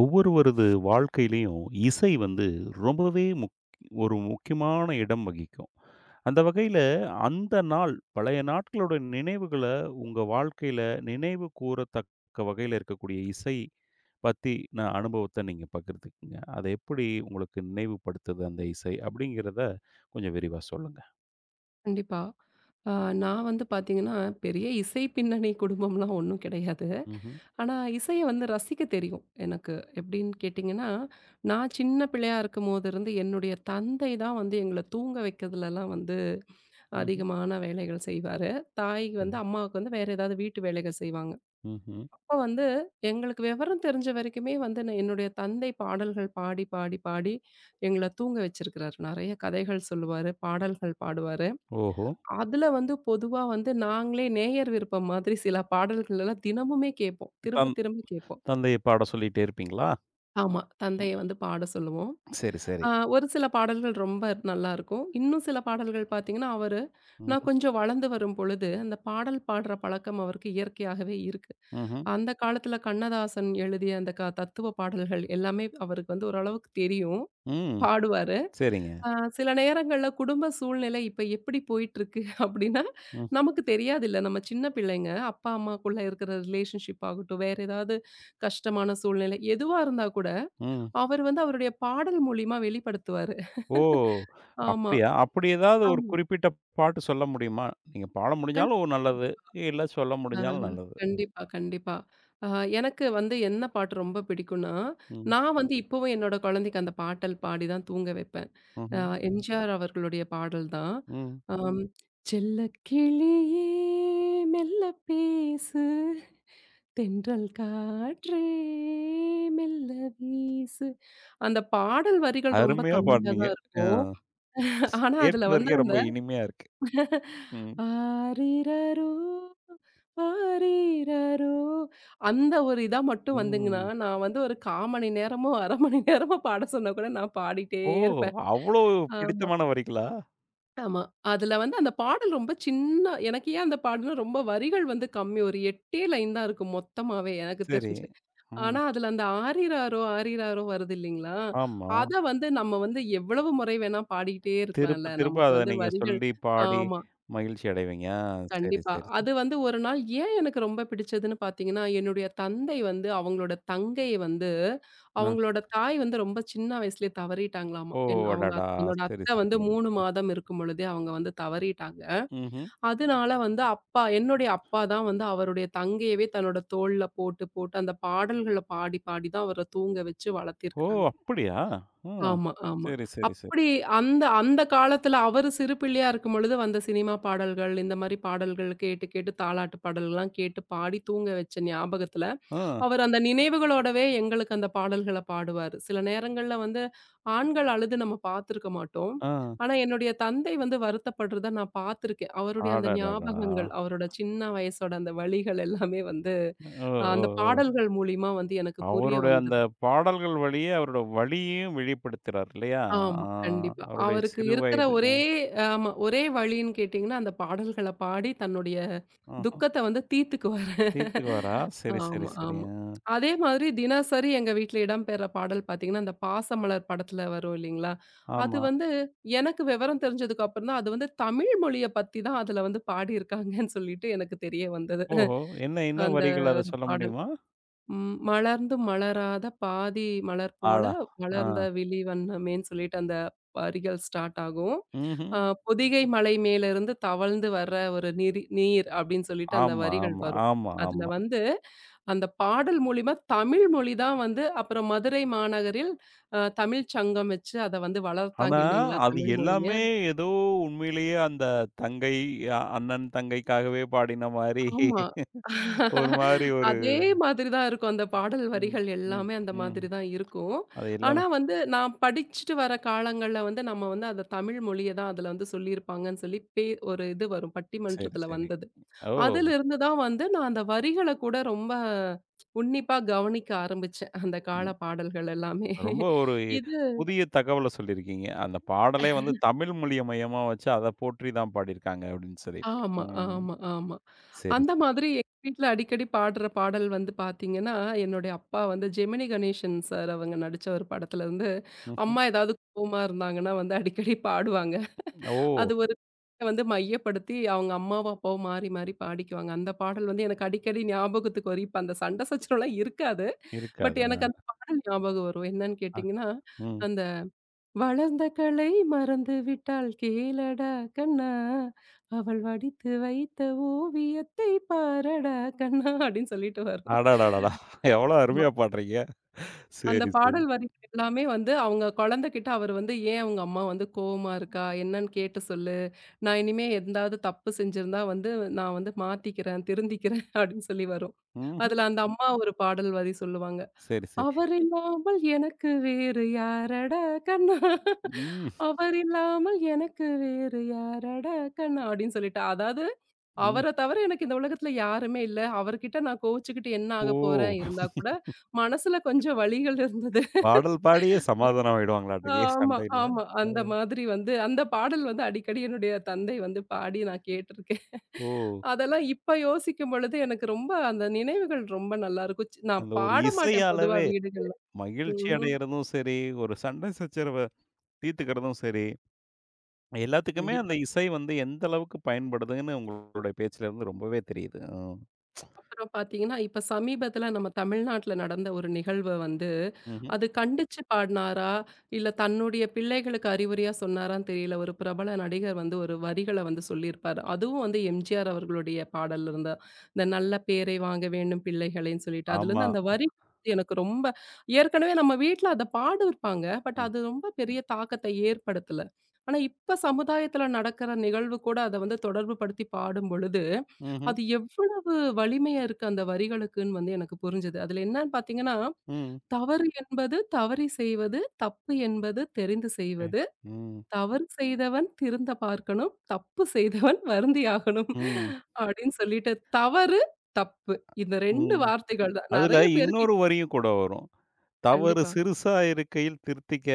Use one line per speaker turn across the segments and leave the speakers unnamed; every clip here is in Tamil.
ஒவ்வொருவரது வாழ்க்கையிலயும் இசை வந்து ரொம்பவே முக் ஒரு முக்கியமான இடம் வகிக்கும். அந்த வகையில அந்த நாள், பழைய நாட்களோட நினைவுகள உங்க வாழ்க்கையில நினைவு கூரத்தக்க வகையில இருக்கக்கூடிய இசை பத்தின அனுபவத்த நீங்க பகிர்ந்துக்கங்க. அது எப்படி உங்களுக்கு நினைவுபடுத்துது அந்த இசை அப்படிங்கிறத கொஞ்சம் விரிவா சொல்லுங்க.
கண்டிப்பா. அ நான் வந்து பார்த்தீங்கன்னா, பெரிய இசை பின்னணி குடும்பம்லாம் ஒண்ணும் கிடையாது.
ம்ஹ்ம்.
ஆனா, இசைய வந்து ரசிக்க தெரியும் எனக்கு. எப்படின்னு கேட்டிங்கன்னா, நான் சின்ன பிள்ளையா இருக்கும்போது இருந்து என்னுடைய தந்தை தான் வந்து எங்கள தூங்க வைக்கிறதுலலாம் வந்து
ம்ஹ்ம்.
அதிகமான வேலைகள் செய்வாரு. தாய் வந்து அம்மாவுக்கு வந்து வேற ஏதாவது வீட்டு வேலைகள் செய்வாங்க.
ம்ஹ்ம்.
அப்ப வந்து எங்களுக்கு விவரம் தெரிஞ்ச வரைக்குமே வந்து நான் என்னுடைய தந்தை பாடல்கள் பாடி, பாடி, பாடி எங்கள தூங்க வச்சிருக்கிறாரு. நெறைய கதைகள் சொல்லுவாரு, பாடல்கள் பாடுவாரு.
ஓஹோ!
அதுல வந்து பொதுவா வந்து நாங்களே நேயர் விருப்பம் மாதிரி சில பாடல்கள் எல்லாம் தினமுமே கேட்போம். திரும்ப
தந்
திரும்ப கேட்போம்.
தந்தைய பாட சொல்லிட்டே இருப்பீங்களா?
ஆமா. தந்தைய வந்து பாட சொல்லுவோம்.
சரி, சரி.
ஆ ஒரு சில பாடல்கள் ரொம்ப நல்லாருக்கும். இன்னும் சில பாடல்கள் பார்த்தீங்கன்னா, அவரு நான்
ம்ஹ்ம்.
கொஞ்சம் வளர்ந்து வரும் பொழுது, அந்த பாடல் பாடுற பழக்கம் அவருக்கு இயற்கையாகவே இருக்கு.
ம்ஹ்ம்.
அந்த காலத்துல கண்ணதாசன் எழுதிய அந்த தத்துவ பாடல்கள் எல்லாமே அவருக்கு வந்து ஓரளவுக்கு தெரியும்.
ம்.
பாடுவாரு.
சரிங்க.
ஆ சில நேரங்கள்ல குடும்ப சூழ்நிலை இப்ப எப்படி போயிட்டுருக்கு அப்டின்னா,
ம்,
நமக்கு தெரியாதுல்ல. நம்ம சின்ன பிள்ளைங்க. அப்பா, அம்மாக்குள்ள இருக்கிற ரிலேஷன்ஷிப் ஆகட்டும், வேற ஏதாவது கஷ்டமான சூழ்நிலை எதுவா இருந்தா கூட,
ம்.
அவர் வந்து அவருடைய பாடல் மூலியமா வெளிப்படுத்துவாரு.
ஓ!
ஆமா,
அப்படியா? அப்படி ஏதாவது ஒரு
ஆமா.
குறிப்பிட்ட பாட்டு சொல்ல முடியுமா? நீங்க பாட
கண்
முடிஞ்சாலும் நல்லது. இல்ல சொல்ல
ஆ,
முடிஞ்சாலும் நல்லது.
கண்டிப்பா, கண்டிப்பா. ஆ எனக்கு வந்து என்ன பாட்டு ரொம்ப பிடிக்கும்னா,
ம்.
நான் வந்து இப்பவும் என்னோட குழந்தைக்கு அந்த பாட்டல் பாடி தான் தூங்க வைப்பேன். அ
ம்ஹ்ம்.
எம்ஜிஆர் அவர்களுடைய பாடல் தான்.
ம்.
அம் "செல்லக்கிளியே மெல்ல பேசு, தென்றல் காற்றே மெல்ல வீசு" அந்த பாடல் வரிகள் ரொம்ப
அருமையா
கம்மியா
பாடுனீங்க.
தான்
அ.
இருக்கும். ஆனா, அதுல வந்து
கேட்பதற்கே
அந்த
ரொம்ப இனிமையா இருக்கு. ம்.
ஆரிரரோ, ஆரிரரோ அந்த ஒரு இதா மட்டும் வந்துங்கன்னா,
ம்.
நான் வந்து ஒரு 1/4 மணி நேரமோ, 1/2 மணி நேரமோ பாட சொன்னா கூட நான் பாடிட்டே
ஓ!
இருப்பேன்.
அவ்வளோ
ஆமா.
பிடித்தமான வரிகளா?
ஆமா. அதுல வந்து அந்த பாடல் ரொம்ப சின்ன எனக்கு ஏன் அந்த பாடல்னா ரொம்ப வரிகள் வந்து கம்மி. ஒரு 8ஏ லைன் தான் இருக்கும் மொத்தமாவே எனக்கு
சரி.
தெரிஞ்சு.
ம்.
ஆனா அதுல அந்த ஆரிராரோ, ஆரிராரோ வருது இல்லீங்களா?
ஆமா.
அத வந்து நம்ம வந்து எவ்வளவு முறை வேணா பாடிக்கிட்டே
திரும்ப
இருக்கலாம்ல.
திரும்ப
நமக்கு
அத
வந்து
நீங்க
வரிகள்
சொல்லி, பாடி
ஆமா.
மகிழ்ச்சி அடைவீங்க. ஆ சரி,
கண்டிப்பா.
சரி, சரி.
அது வந்து ஒரு நாள் ஏன் எனக்கு ரொம்ப பிடிச்சதுன்னு பார்த்தீங்கன்னா, என்னுடைய தந்தை வந்து அவங்களோட தங்கை வந்து
அ.
அவங்களோட தாய் வந்து ரொம்ப சின்ன வயசுலயே தவறிட்டாங்களாமா.
ஓ! அடடா!
என்னோட
சரி,
அத்தை
சரி.
வந்து 3 மாதம் இருக்கும் பொழுதே அவங்க வந்து தவறிட்டாங்க.
ம்ஹ்ம்.
அதனால வந்து என்னுடைய அப்பா தான் வந்து அவருடைய தங்கையவே தன்னோட தோள்ல போட்டு, போட்டு அந்த பாடல்கள பாடி, பாடி தான் அவர தூங்க வச்சு
ஓ!
வளர்த்திருக்கிறாங்க.
அப்படியா? ஆ.
ஆமா, ஆமா.
சரி, சரி, சரி.
அப்படி அந்த அந்த காலத்துல அவரு சிறு பிள்ளையா இருக்கும்பொழுது வந்த சினிமா பாடல்கள், இந்த மாரி பாடல்கள் கேட்டு, கேட்டு தாலாட்டு பாடல்கள்லாம் கேட்டு பாடி தூங்க வச்ச ஞாபகத்துல,
ஆ,
அவர் அந்த நினைவுகளோடவே எங்களுக்கு அந்த பாடல்கள பாடுவாரு. சில நேரங்கள்ல வந்து ஆண்கள் அழுது நம்ம பார்த்துருக்க மாட்டோம்.
ஆ.
ஆனா என்னுடைய தந்தை வந்து வருத்தப்படுறத நான் பார்த்துருக்கேன். அவருடைய அந்த
அடடடா!
ஞாபகங்கள், அவரோட சின்ன வயசோட அந்த வலிகள் எல்லாமே வந்து,
ஓ, ஓ,
அந்த
ஓ!
பாடல்கள் மூலியமா வந்து எனக்கு புரிய
அவருடைய அந்த
வந்தது.
பாடல்கள் வழியே அவரோட வலியையும் வெளிப்படுத்துறார் இல்லையா?
ஆமா,
ஆ
கண்டிப்பா.
அவருடைய
அவருக்கு
சிறு
இருக்கிற
வயது.
ஒரே ஆமா, ஒரே வழின்னு கேட்டீங்கன்னா, அந்த பாடல்கள பாடி தன்னுடைய
ஆஹா.
துக்கத்த வந்து தீர்த்துக்குவாரு.
தீர்த்துக்குவாரா? சரி, சரி,
ஆமா,
சரி.
ஆமா.
ஆ.
அதே மாதிரி தினசரி எங்க வீட்ல இடம்பெற பாடல் பார்த்தீங்கன்னா, அந்த பாசமலர் படத்துல வரும் இல்லைங்களா? அது
ஆமா.
வந்து எனக்கு விவரம் தெரிஞ்சதுக்கு அப்புறம் தான், அது வந்து தமிழ் மொழிய பத்தி தான் அதுல வந்து பாடியிருக்காங்கன்னு சொல்லிட்டு எனக்கு தெரிய வந்தது.
ஓஹோ! என்ன என்ன
அந்த
வரிகள் அத
ஒரு
சொல்ல
பாடல்.
முடியுமா?
ம். மலர்ந்து மலராத பாதி மலர் போல
ஆழா. ஆ.
மலர்ந்த விழி வண்ணமேன்னு சொல்லிட்டு அந்த வரிகள் ஸ்டார்ட் ஆகும்.
ம்ஹ்ம்.
அ பொதிகை மலை மேலிருந்து தவழ்ந்து வர்ற ஒரு நீர் அப்படின்னு சொல்லிட்டு அந்த
ஆமா,
வரிகள்
ஆமா,
வரும்.
ஆமா,
அதுல
ஆமா.
வந்து அந்த பாடல் மூலியமா தமிழ் மொழி தான் வந்து அப்புறம் மதுரை மாநகரில் தமிழ்ச் சங்கம் வச்சு அத வந்து வளர்த்தாங்க
ஆனா,
இல்லைங்களா?
அது
தமிழ் மொழிய.
எல்லாமே ஏதோ உண்மையிலேயே அந்த தங்கை, அ அண்ணன் தங்கைக்காகவே பாடின மாரி
ஆமா.
ஒரு மாரி ஒரு
அதே மாதிரி தான் இருக்கும். அந்த பாடல்
ம்,
வரிகள்
ம்,
எல்லாமே அந்த
ம்.
மாதிரி தான் இருக்கும்.
அது எல்லாமே
ஆனா வந்து நான் படிச்சுட்டு வர காலங்கள்ல வந்து நம்ம வந்து அத தமிழ் மொழிய தான் அதுல வந்து சொல்லியிருப்பாங்கன்னு சொல்லி ஒரு இது வரும்
சரி,
பட்டிமன்றத்துல
சரி.
வந்தது.
ஓ!
அதிலிருந்து தான் வந்து நான் அந்த வரிகள கூட ரொம்ப உன்னிப்பா கவனிக்க ஆரம்பிச்சேன். அந்த கால
ம்.
பாடல்கள் எல்லாமே.
ரொம்ப ஒரு
இது
புதிய தகவல சொல்லியிருக்கீங்க. அந்த பாடலே வந்து தமிழ் மொழிய மையமா வச்சு அத போற்றி தான் பாடியிருக்காங்க அப்படின்னு சொல்லிட்டு.
ஆமா,
ம்.
ஆமா, ஆமா.
சரி,
அந்த
சரி.
மாதிரி எங்க வீட்ல அடிக்கடி பாடுற பாடல் வந்து பார்த்தீங்கன்னா, என்னுடைய அப்பா வந்து ஜெமினி கணேசன் சார் அவங்க நடிச்ச ஒரு படத்துல இருந்து,
ம்ஹ்ம்.
அம்மா ஏதாவது கோவமா இருந்தாங்கன்னா வந்து அடிக்கடி பாடுவாங்க.
ஓ!
அது ஒரு விஷயத்தை வந்து மையப்படுத்தி அவங்க அம்மாவும், அப்பாவும் மாறி மாறி பாடிக்குவாங்க. அந்த பாடல் வந்து எனக்கு அடிக்கடி ஞாபகத்துக்கு வரும். இப்ப அந்த சண்டை சச்சரவுலாம் இருக்காது. பட்
இருக்காது.
எனக்கு அந்த பாடல் ஞாபகம் வரும். என்னன்னு
அ, அ,
கேட்டீங்கன்னா,
ம்.
அந்த வளர்ந்த கலை மறந்து விட்டாள் கேளடா கண்ணா, அவள் வடித்து வைத்த ஓவியத்தை பாரடா கண்ணா அப்படின்னு சொல்லிட்டு வரும்.
அடடடடா! எவ்வளோ
ஆமா.
அருமையா பாடுறீங்க.
அந்த
சரி, சரி.
பாடல் வரி எல்லாமே வந்து அவங்க குழந்தைகிட்ட அவர் வந்து ஏன் உங்க அம்மா வந்து கோவமா இருக்கா? என்னன்னு கேட்டு சொல்லு. நான் இனிமே எதாவது தப்பு செஞ்சிருந்தா வந்து நான் வந்து மாத்திக்கிறேன், திருந்திக்கிறேன் அப்படின்னு சொல்லி வரும்.
ம்ஹ்ம்.
அதுல அந்த அம்மா ஒரு பாடல் வரி சொல்லுவாங்க.
சரி, சரி.
அவர் இல்லாமல் எனக்கு வேறு யாரடா கண்ணா!
ம்.
அவர் இல்லாமல் எனக்கு வேறு யாரடா கண்ணா! அப்டின்னு சொல்லிட்டு, அதாவது
ம்.
அவர தவிர எனக்கு இந்த உலகத்துல யாருமே இல்ல. அவர்கிட்ட நான் கோவிச்சுக்கிட்டு என்ன ஆக
ஓ!
போறேன்? இருந்தா கூட மனசுல கொஞ்சம் வலிகள் இருந்தது.
பாடல் பாடியே சமாதானம் ஆயிடுவாங்களாட்டுக்கு
ஆமா,
சண்டையில.
ஆமா.
அ.
அந்த மாதிரி வந்து அந்த பாடல் வந்து அடிக்கடி என்னுடைய தந்தை வந்து பாடி நான் கேட்டுருக்கேன்.
ஓ!
அதெல்லாம் இப்ப யோசிக்கும் பொழுது எனக்கு ரொம்ப அந்த நினைவுகள் ரொம்ப நல்லாருக்கும். நான்
அந்த ஒரு
பாட மாட்டேன் பொதுவா
இசையாலவே
வீடுகள்ல.
மகிழ்ச்சி
ம்ஹ்ம்.
அடையறதும் சரி, ஒரு சண்டை சச்சரவ தீர்த்துக்கிறதும் சரி, எல்லாத்துக்குமே அந்த
கண்டிப்பா.
இசை வந்து எந்த அளவுக்கு பயன்படுதுன்னு உங்களுடைய பேச்சுல இருந்து ரொம்பவே தெரியுது. ம்.
அப்புறம் பார்த்தீங்கன்னா, இப்ப சமீபத்தில நம்ம தமிழ்நாட்ல நடந்த ஒரு நிகழ்வ வந்து,
ம்ஹ்ம்.
அது கண்டிச்சு பாடுனாரா, இல்ல தன்னுடைய பிள்ளைகளுக்கு அறிவுரையா சொன்னாரான்னு தெரியல. ஒரு பிரபல நடிகர் வந்து ஒரு வரிகள வந்து சொல்லியிருப்பாரு. அதுவும் வந்து எம்ஜிஆர் அவர்களுடைய பாடல்ல இருந்தா. இந்த நல்ல பேரை வாங்க வேண்டும் பிள்ளைகளேன்னு சொல்லிட்டு.
ஆமா.
அதுலருந்து அந்த வரி எனக்கு ரொம்ப ஏற்கனவே நம்ம வீட்ல அத பாடிருப்பாங்க. பட்
ம்.
அது ரொம்ப பெரிய தாக்கத்த ஏற்படுத்தல. ஆனா இப்ப சமுதாயத்தில நடக்கிற நிகழ்வு கூட அத வந்து தொடர்பு படுத்தி பாடும்பொழுது
ம்ஹ்ம்.
அது எவ்வளவு வலிமையா இருக்கு அந்த வரிகளுக்குன்னு வந்து எனக்கு புரிஞ்சது. அதுல என்னன்னு பார்த்தீங்கன்னா,
ம்.
தவறு என்பது தவறி செய்வது, தப்பு என்பது தெரிந்து
எ
செய்வது,
ம்.
தவறு செய்தவன் திருந்த பார்க்கணும், தப்பு செய்தவன் வருந்தியாகணும்
ம்.
அப்படின்னு சொல்லிட்டு தவறு, தப்பு இந்த 2
ம்.
வார்த்தைகள் தான்.
அதுல
நெறைய பேருக்கு
இன்னொரு வரியும் கூட வரும். தவறு
கண்டிப்பா.
சிறுசா இருக்கையில் திருத்திக்க,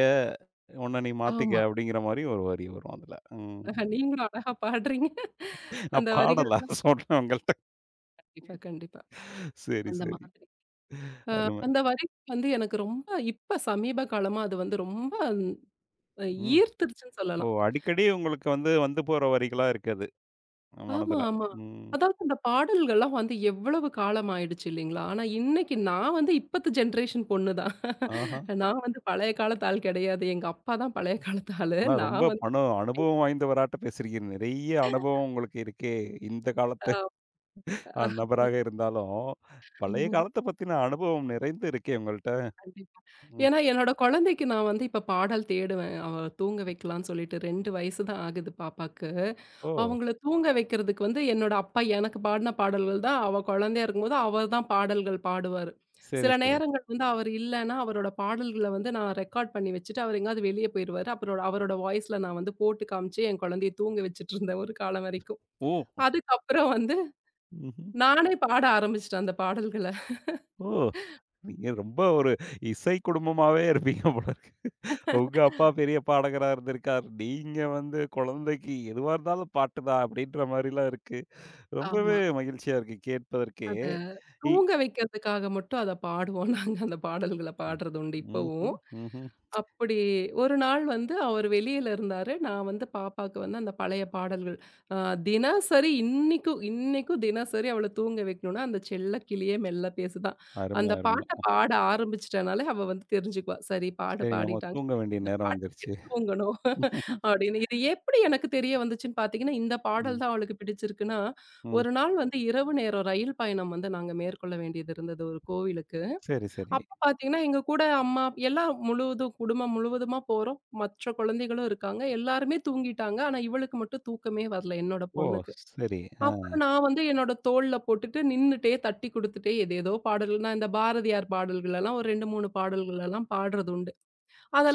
உன்ன நீ மாத்திக்க
ஆமா.
அப்படிங்கிற மாரி ஒரு வரி வரும் அதுல. ம்.
நீங்களும் அழகா பாடுறீங்க.
நான்
அந்த வரிகள்
பாடல சொல்றேன் உங்கள்ட்ட.
கண்டிப்பா, கண்டிப்பா.
சரி,
அந்த
சரி.
மாதிரி. அ
அருமை.
அந்த வரி வந்து எனக்கு ரொம்ப இப்ப சமீப காலமா அது வந்து ரொம்ப அ
ம்.
ஈர்த்துருச்சுன்னு
ஓ!
சொல்லலாம்.
அடிக்கடி உங்களுக்கு வந்து வந்து போற வரிகளா இருக்கு அது,
ஆமா,
மனதுல.
ஆமா.
ம்.
அதாவது அந்த பாடல்கள்லாம் வந்து எவ்வளவு காலம் ஆயிடுச்சு இல்லைங்களா? ஆனா இன்னைக்கு நான் வந்து இப்பத்து ஜென்ரேஷன் பொண்ணு தான்.
ஆஹா.
நான் வந்து பழைய காலத்து ஆள் கிடையாது. எங்க அப்பா தான் பழைய காலத்து ஆளு.
ஆனா
நான்
ரொம்ப பணு அனுபவம் வாய்ந்தவராட்ட பேசுறீங்க. நிறைய அனுபவம் உங்களுக்கு இருக்கே! இந்த காலத்து அ நபராக இருந்தாலும், பழைய
வந்து
காலத்த பத்தின அனுபவம் நிறைந்து இருக்கே உங்கள்ட்ட.
கண்டிப்பா.
ம்.
ஏன்னா, என்னோட குழந்தைக்கு நான் வந்து இப்ப பாடல் தேடுவேன். அவ தூங்க வைக்கலான்னு சொல்லிட்டு 2 வயசு தான் ஆகுது பாப்பாக்கு.
ஓ!
அவங்கள தூங்க வைக்கிறதுக்கு வந்து என்னோட அப்பா எனக்கு பாடின பாடல்கள் தான் அவ குழந்தையா இருக்கும்போது அவர் தான் பாடல்கள் பாடுவாரு.
சரி,
சில
சரி.
நேரங்கள் வந்து அவர் இல்லன்னா, அவரோட பாடல்கள வந்து நான் ரெக்கார்ட் பண்ணி வச்சுட்டு, அவர் எங்கேயாவது வெளிய போயிருவாரு. அப்புறம் அவரோட வாய்ஸ்ல நான் வந்து போட்டு காமிச்சு என் குழந்தைய தூங்க வச்சுட்டுருந்தேன் ஒரு காலம் வரைக்கும்.
ஓ!
அதுக்கப்புறம் வந்து
ம்ஹ்ம்.
நானே பாட ஆரம்பிச்சுட்டேன் அந்த பாடல்கள.
ஓ! நீங்க ரொம்ப ஒரு இசை குடும்பமாவே இருப்பீங்க போல இருக்கு. உங்க அப்பா பெரிய பாடகரா இருந்திருக்கார். நீங்க வந்து குழந்தைக்கு எதுவா இருந்தாலும் பாட்டு தான் அப்படின்ற மாரிலாம் இருக்கு. ரொம்பவே
ஆமா.
மகிழ்ச்சியா இருக்கு கேட்பதற்கே.
அதான்.
இ
தூங்க வைக்கிறதுக்காக மட்டும் அத பாடுவோம். நாங்க அந்த பாடல்கள பாடுறது உண்டு இப்பவும்.
ம்ஹ்ம், ம்ஹ்ம்.
அப்படி ஒரு நாள் வந்து அவர் வெளியில இருந்தாரு. நான் வந்து பாப்பாக்கு வந்து அந்த பழைய பாடல்கள், அ தினசரி இன்னிக்கும் இன்னிக்கும் தினசரி அவள தூங்க வைக்கணும்னா, அந்த செல்லக்கிளியே மெல்ல பேசுதான்.
அரும,
அந்த
அரும.
பாட்ட பாட ஆரம்பிச்சுட்டனாலே அவ வந்து தெரிஞ்சுக்குவா. சரி பாட
சரி நம்ம
பாடிட்டாங்க.
தூங்க வேண்டிய
இந்த
நேரம்
பாட்ட
வந்துருச்சு.
கேட்டு தூங்கணும் அப்படின்னு. இது எப்படி எனக்கு தெரிய வந்துச்சுன்னு பார்த்தீங்கன்னா, இந்த பாடல்
ம்,
தான் அவளுக்கு பிடிச்சிருக்குன்னா,
ம்.
ஒரு நாள் வந்து இரவு நேரம் ரயில் பயணம் வந்து நாங்க மேற்கொள்ள வேண்டியது இருந்தது ஒரு கோவிலுக்கு.
சரி, சரி.
அப்ப பாத்தீங்கன்னா, எங்க கூட அம்மா எல்லாம் முழுவதும் குடும்பம் முழுவதுமா போறோம். மற்ற குழந்தைகளும் இருக்காங்க. எல்லாருமே தூங்கிட்டாங்க. ஆனா, இவளுக்கு மட்டும் தூக்கமே வரல, என்னோட
ஓ!
பொண்ணுக்கு.
சரி. ஆ.
அப்புறம் நான் வந்து என்னோட தோள்ல போட்டுட்டு நின்னுட்டே தட்டி குடுத்துட்டே ஏதேதோ பாடல்கள் நான் இந்த பாரதியார் பாடல்கள் எல்லாம் ஒரு 2, 3 பாடல்கள் எல்லாம் பாடுறது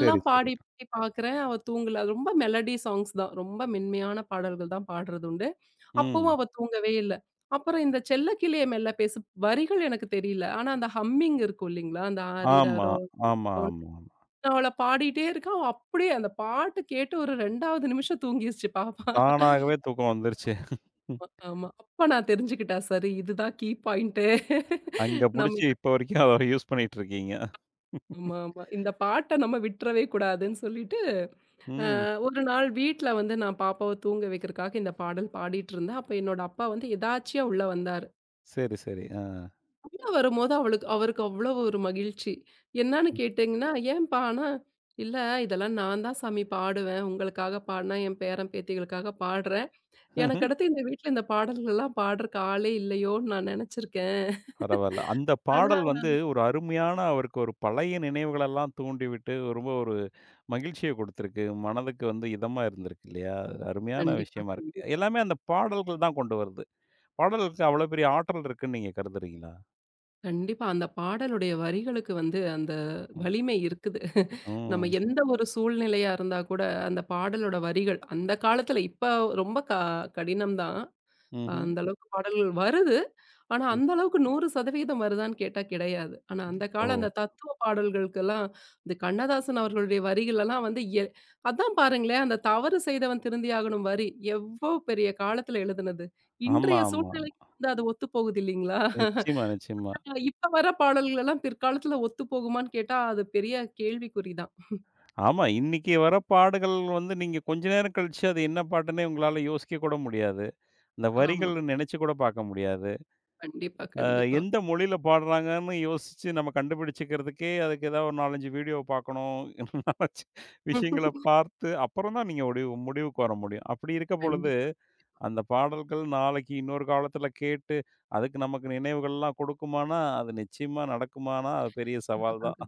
சரி, சரி.
பாடி பாடி பார்க்குறேன். அவ தூங்கல. அது ரொம்ப மெலடி சாங்ஸ் தான். ரொம்ப மென்மையான பாடல்கள் தான் பாடுறது உண்டு. அப்பவும்
ம்.
அவ தூங்கவே இல்ல. அப்புறம் இந்த செல்லக்கிளியே மெல்ல பேசும் வரிகள் எனக்கு தெரியல. ஆனா அந்த ஹம்மிங் இருக்கும் இல்லைங்களா? அந்த
ஆமா,
ஆரிரரோ
ஆமா, ஆமா, ஆமா.
நான் அவள பாடிட்டே இருக்கேன். அவ அப்படியே அந்த பாட்டு கேட்டு ஒரு 2வது நிமிஷம் தூங்கிருச்சு பாப்பா.
தானாகவே தூக்கம் வந்துருச்சு.
ஆமா, ஆமா. அப்ப நான் தெரிஞ்சுக்கிட்டேன். சரி இதுதான் கீ பாயிண்ட்டு.
அங்க
நம்ம
புடிச்சு இப்ப வரைக்கும் அத யூஸ் பண்ணிட்டு இருக்கீங்க.
ஆமா, ஆமா. இந்த பாட்ட நம்ம விட்டுறவே கூடாதுன்னு சொல்லிட்டு அ
ம்.
ஒரு நாள் வீட்ல வந்து நான் பாப்பாவ தூங்க வைக்கிறக்காக இந்த பாடல் பாடிட்டு இருந்தேன். அப்ப என்னோட அப்பா வந்து எதார்ச்சியா உள்ள வந்தாரு.
சரி, சரி. ஆ.
உள்ள வரும்போது அவருக்கு அவ்வளவு ஒரு மகிழ்ச்சி. என்னான்னு கேட்டீங்கன்னா, "ஏன்ப்பான்னா?" "இல்ல இதெல்லாம் நான் தான் சாமி பாடுவேன். உங்களுக்காக பாடுனேன், என் பேரன் பேத்திகளுக்காக பாடுறேன். எனக்கு அடுத்து இந்த வீட்ல இந்த பாடல்கள்லாம் பாடுறக்கு ஆளே இல்லையோன்னு நான் நெனச்சிருக்கேன்."
பரவால்ல. அந்த
ஆனா
பாடல் வந்து ஒரு அருமையான அவருக்கு ஒரு பழைய நினைவுகளெல்லாம் தூண்டிவிட்டு, ரொம்ப ஒரு மகிழ்ச்சிய குடுத்திருக்கு. மனதுக்கு வந்து இதமா இருந்திருக்கு இல்லையா? அருமையான
கண்டிப்பா,
விஷயமா இருக்கு.
கண்டிப்பா.
எல்லாமே அந்த பாடல்கள் தான் கொண்டு வருது. பாடல்களுக்கு அவ்வளோ பெரிய ஆற்றல் இருக்குன்னு நீங்க கருதுறீங்களா?
கண்டிப்பா. அந்த பாடலுடைய வரிகளுக்கு வந்து அந்த
ம்.
வலிமை இருக்குது. நம்ம
ம்.
எந்த ஒரு சூழ்நிலையா இருந்தா கூட, அந்த பாடலோட வரிகள் அந்த காலத்துல இப்ப ரொம்ப கடினம் தான்.
ம்ஹ்ம்.
அந்த அளவுக்கு பாடல்கள் வருது. ஆனா,
ம்.
அந்த அளவுக்கு 100% வருதான்னு கேட்டா கிடையாது. ஆனா, அந்த கால
ஓ!
அந்த தத்துவ பாடல்களுக்கெல்லாம் இந்த கண்ணதாசன் அவர்களுடைய வரிகளெல்லாம் வந்து அதான் பாருங்களேன், அந்த தவறு செய்தவன் திருந்தியாகணும் வரி எவ்வளோ பெரிய காலத்துல எழுதுனது.
ஆமா,
இன்றைய
ஆமா, ஆமா.
சூழ்நிலைக்கு வந்து அது ஒத்து போகுது இல்லைங்களா?
நிச்சயமா, நிச்சயமா.
இப்ப வர பாடல்கள் எல்லாம் பிற்காலத்துல ஒத்து போகுமான்னு கேட்டா, அது பெரிய கேள்விக்குறி தான்.
ஆமா. இன்னைக்கு வர பாடல்கள் வந்து நீங்க கொஞ்ச நேரம் கழிச்சு அது என்ன பாட்டுன்னே உங்களால யோசிக்க கூட முடியாது. அந்த
ஆமா.
வரிகள் நினைச்சு கூட பார்க்க முடியாது.
கண்டிப்பா,
அ
கண்டிப்பா.
எந்த மொழியில பாடுறாங்கன்னு யோசிச்சு நம்ம கண்டுபிடிச்சுக்கிறதுக்கே அதுக்கு ஏதாவது ஒரு 4, 5 வீடியோ பார்க்கணும். விஷயங்கள பார்த்து அப்புறம் தான் நீங்க முடிவுக்கு வர முடியும். அப்படி இருக்க பொழுது
கண்டிப்பா.
அந்த பாடல்கள் நாளைக்கு இன்னொரு காலத்துல கேட்டு அதுக்கு நமக்கு நினைவுகள்லாம் கொடுக்குமானா, அது நிச்சயமா நடக்குமானா, அது பெரிய சவால்
அதுதான்
தான்.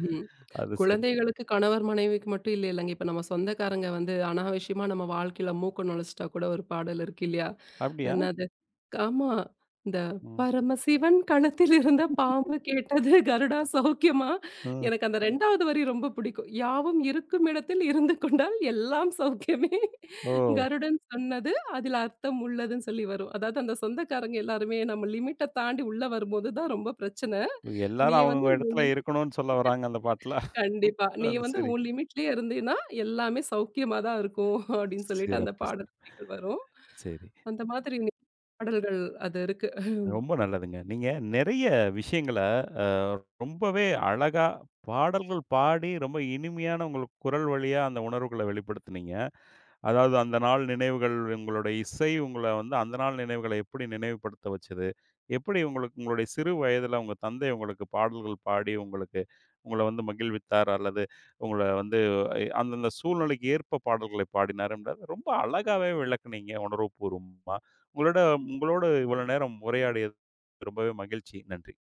ம்ஹ்ம்.
அது சரி.
குழந்தைகளுக்கு கணவர் மனைவிக்கு மட்டும் இல்ல இல்லங்க. இப்ப நம்ம சொந்தக்காரங்க வந்து அனாவசியமா நம்ம வாழ்க்கையில மூக்க நுழைச்சிட்டா கூட ஒரு பாடல் இருக்கு இல்லையா?
அப்படியா?
என்னது? ஆமா. இந்த
ம்.
பரமசிவன் கழுத்தில் இருந்த பாம்பு கேட்டது கருடா சௌக்கியமா?
ம்.
எனக்கு அந்த 2வது வரி ரொம்ப பிடிக்கும். யாவும் இருக்கும் இடத்தில் இருந்து கொண்டால் எல்லாம் சௌக்கியமே.
ஓ!
கருடன் சொன்னது அதில் அர்த்தம் உள்ளதுன்னு சொல்லி வரும். அதாவது அந்த சொந்தக்காரங்க எல்லாருமே நம்ம லிமிட்ட தாண்டி உள்ள வரும்போது தான் ரொம்ப பிரச்சனை.
எல்லாரும்
நீ வந்து
அவங்கவங்க இடத்துல இருக்கணும்னு சொல்ல வராங்க அந்த பாட்டுல.
கண்டிப்பா. நீ
அது
வந்து
சரி.
உன் லிமிட்லயே இருந்தீன்னா, எல்லாமே சௌக்கியமா தான் இருக்கும். அப்படின்னு சொல்லிட்டு அந்த
சிறப்பு, சிறப்பு.
பாடல் வரிகள் வரும்.
சரி.
அந்த மாதிரி பாடல்கள் அது இருக்கு.
ரொம்ப நல்லதுங்க. நீங்க நெறைய விஷயங்கள அ ரொம்பவே அழகா பாடல்கள் பாடி, ரொம்ப இனிமையான உங்கள் குரல் வழியா அந்த உணர்வுகள வெளிப்படுத்துனீங்க. அதாவது அந்த நாள் நினைவுகள், உங்களுடைய இசை உங்கள வந்து அந்த நாள் நினைவுகள எப்படி நினைவுபடுத்த வச்சது? எப்படி உங்களுக்கு உங்களுடைய சிறு வயதில உங்க தந்தை உங்களுக்கு பாடல்கள் பாடி உங்களுக்கு உங்கள வந்து மகிழ்வித்தார்? அல்லது உங்கள வந்து எ அந்தந்த சூழ்நிலைக்கு ஏற்ப பாடல்களை பாடினாருன்றத ரொம்ப அழகாவே விளக்குனீங்க உணர்வுபூர்வமா. உங்களோட உங்களோடு இவ்வளோ நேரம் உரையாடியது ரொம்பவே மகிழ்ச்சி. நன்றி.